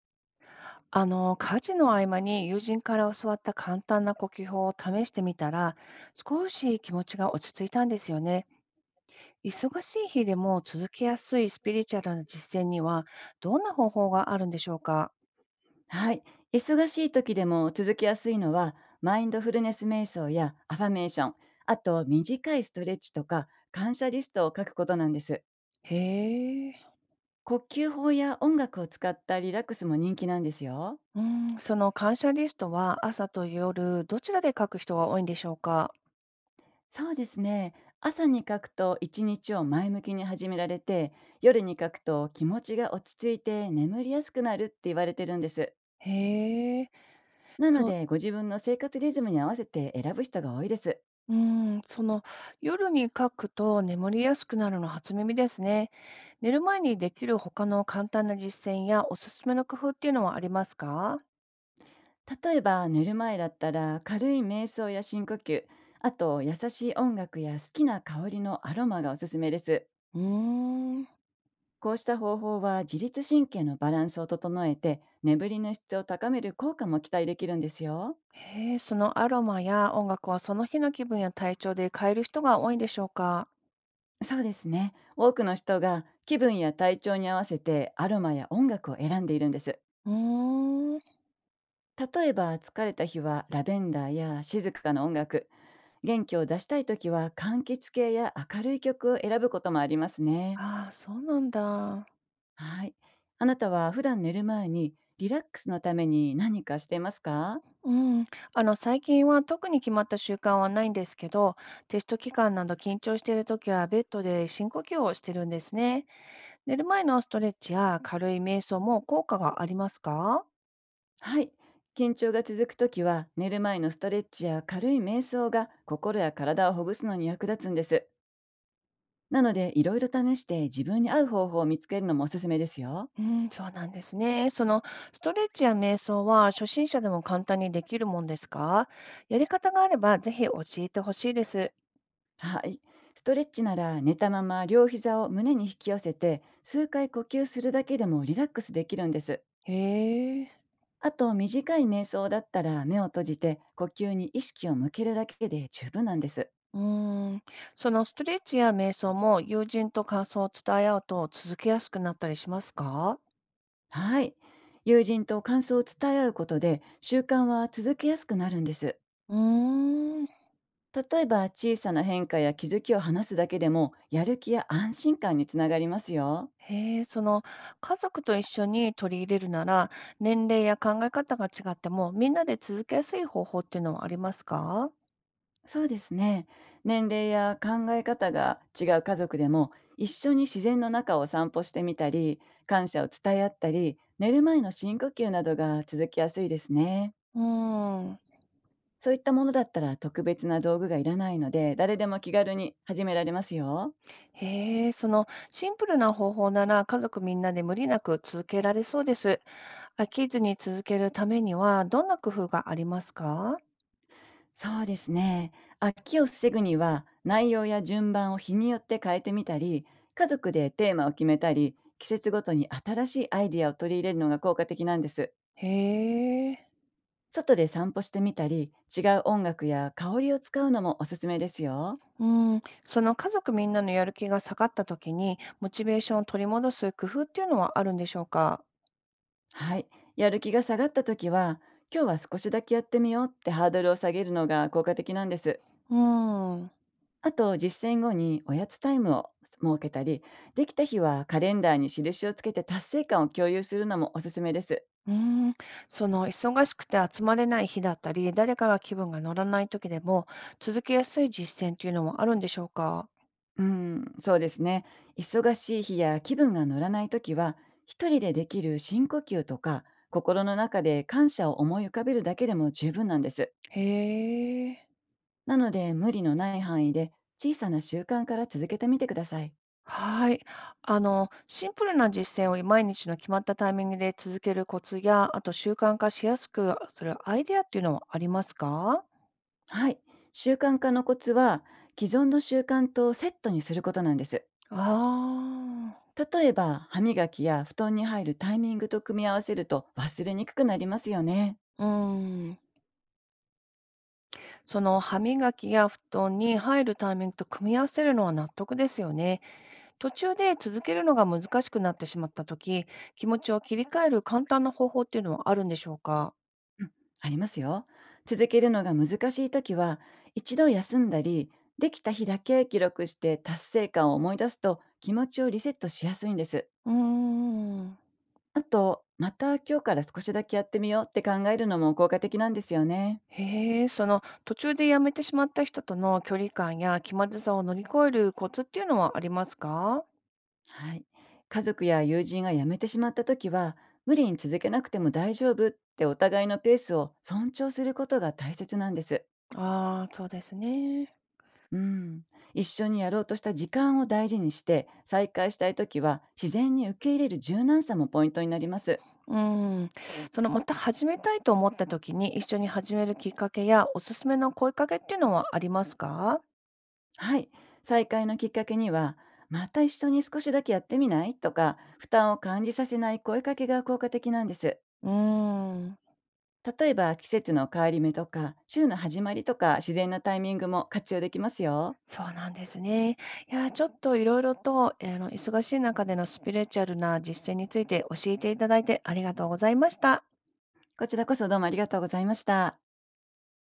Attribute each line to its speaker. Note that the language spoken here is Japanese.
Speaker 1: 家事の合間に友人から教わった簡単な呼吸法を試してみたら、少し気持ちが落ち着いたんですよね。忙しい日でも続けやすいスピリチュアルな実践には、どんな方法があるんでしょうか？
Speaker 2: はい。忙しい時でも続きやすいのは、マインドフルネス瞑想やアファメーション、あと短いストレッチとか感謝リストを書くことなんです。
Speaker 1: へえ。
Speaker 2: 呼吸法や音楽を使ったリラックスも人気なんですよ。
Speaker 1: うん、その感謝リストは朝と夜、どちらで書く人が多いんでしょうか？
Speaker 2: そうですね。朝に書くと一日を前向きに始められて、夜に書くと気持ちが落ち着いて眠りやすくなるって言われてるんです。
Speaker 1: へえ。
Speaker 2: なの
Speaker 1: そう、
Speaker 2: で、ご自分の生活リズムに合わせて選ぶ人が多いです。
Speaker 1: うん、その夜に書くと眠りやすくなるの初耳ですね。寝る前にできる他の簡単な実践やおすすめの工夫っていうのはありますか？
Speaker 2: 例えば、寝る前だったら軽い瞑想や深呼吸、あと優しい音楽や好きな香りのアロマがおすすめです。
Speaker 1: うーん、
Speaker 2: こうした方法は自律神経のバランスを整えて、眠りの質を高める効果も期待できるんですよ。
Speaker 1: へえ、そのアロマや音楽はその日の気分や体調で変える人が多いんでしょうか？
Speaker 2: そうですね。多くの人が気分や体調に合わせてアロマや音楽を選んでいるんです。
Speaker 1: うーん、
Speaker 2: 例えば疲れた日はラベンダーや静かな音楽。元気を出したい時は柑橘系や明るい曲を選ぶこともありますね。
Speaker 1: ああ、そうなんだ。
Speaker 2: はい。あなたは普段寝る前にリラックスのために何かしていますか？
Speaker 1: うん。最近は特に決まった習慣はないんですけど、テスト期間など緊張しているときはベッドで深呼吸をしてるんですね。寝る前のストレッチや軽い瞑想も効果がありますか？
Speaker 2: はい。緊張が続くときは寝る前のストレッチや軽い瞑想が心や体をほぐすのに役立つんです。なので、いろいろ試して自分に合う方法を見つけるのもおすすめですよ。
Speaker 1: うん、そうなんですね。そのストレッチや瞑想は初心者でも簡単にできるもんですか？やり方があればぜひ教えてほしいです。
Speaker 2: はい。ストレッチなら寝たまま両膝を胸に引き寄せて数回呼吸するだけでもリラックスできるんです。
Speaker 1: へえ。
Speaker 2: あと、短い瞑想だったら目を閉じて呼吸に意識を向けるだけで十分なんです。
Speaker 1: うーん、そのストレッチや瞑想も友人と感想を伝え合うと続けやすくなったりしますか？
Speaker 2: はい。友人と感想を伝え合うことで習慣は続けやすくなるんです。
Speaker 1: うーん。
Speaker 2: 例えば小さな変化や気づきを話すだけでもやる気や安心感につながりますよ。
Speaker 1: へえ、その家族と一緒に取り入れるなら、年齢や考え方が違ってもみんなで続けやすい方法っていうのはありますか？
Speaker 2: そうですね。年齢や考え方が違う家族でも、一緒に自然の中を散歩してみたり、感謝を伝え合ったり、寝る前の深呼吸などが続きやすいですね。
Speaker 1: うーん。
Speaker 2: そういったものだったら特別な道具がいらないので、誰でも気軽に始められますよ。
Speaker 1: へえ、そのシンプルな方法なら家族みんなで無理なく続けられそうです。飽きずに続けるためにはどんな工夫がありますか？
Speaker 2: そうですね。飽きを防ぐには、内容や順番を日によって変えてみたり、家族でテーマを決めたり、季節ごとに新しいアイディアを取り入れるのが効果的なんです。
Speaker 1: へえ。
Speaker 2: 外で散歩してみたり、違う音楽や香りを使うのもおすすめですよ。
Speaker 1: うん、その家族みんなのやる気が下がった時にモチベーションを取り戻す工夫っていうのはあるんでしょうか？
Speaker 2: はい。やる気が下がった時は、今日は少しだけやってみようって、ハードルを下げるのが効果的なんです。
Speaker 1: うん、う
Speaker 2: あと、実践後におやつタイムを設けたり、できた日はカレンダーに印をつけて達成感を共有するのもおすすめです。
Speaker 1: ーん、その忙しくて集まれない日だったり、誰かが気分が乗らない時でも続けやすい実践っていうのもあるんでしょうか？
Speaker 2: うん、そうですね。忙しい日や気分が乗らない時は、一人でできる深呼吸とか、心の中で感謝を思い浮かべるだけでも十分なんです。
Speaker 1: へえ。
Speaker 2: なので、無理のない範囲で小さな習慣から続けてみてください。
Speaker 1: はい。シンプルな実践を毎日の決まったタイミングで続けるコツや、あと習慣化しやすくするアイデアっていうのはありますか？
Speaker 2: はい。習慣化のコツは、既存の習慣とセットにすることなんです。
Speaker 1: あ
Speaker 2: 例えば、歯磨きや布団に入るタイミングと組み合わせると忘れにくくなりますよね。
Speaker 1: あー、うん。その歯磨きや布団に入るタイミングと組み合わせるのは納得ですよね。途中で続けるのが難しくなってしまったとき、気持ちを切り替える簡単な方法っていうのはあるんでしょうか？
Speaker 2: ありますよ。続けるのが難しいときは、一度休んだり、できた日だけ記録して達成感を思い出すと気持ちをリセットしやすいんです。
Speaker 1: うーん。
Speaker 2: あと、また今日から少しだけやってみようって考えるのも効果的なんですよね。
Speaker 1: へえ、その途中で辞めてしまった人との距離感や気まずさを乗り越えるコツっていうのはありますか？
Speaker 2: はい。家族や友人が辞めてしまった時は、無理に続けなくても大丈夫って、お互いのペースを尊重することが大切なんです。
Speaker 1: ああー、そうですね。
Speaker 2: うん。一緒にやろうとした時間を大事にして、再開したい時は自然に受け入れる柔軟さもポイントになります。
Speaker 1: うん。そのまた始めたいと思った時に、一緒に始めるきっかけやおすすめの声かけっていうのはありますか？
Speaker 2: はい。再開のきっかけには、また一緒に少しだけやってみない、とか、負担を感じさせない声かけが効果的なんです。
Speaker 1: うーん、
Speaker 2: 例えば季節の変わり目とか、週の始まりとか、自然なタイミングも活用できますよ。
Speaker 1: そうなんですね。いやー、ちょっといろいろと、え、あの、忙しい中でのスピリチュアルな実践について教えていただいてありがとうございました。
Speaker 2: こちらこそどうもありがとうございました。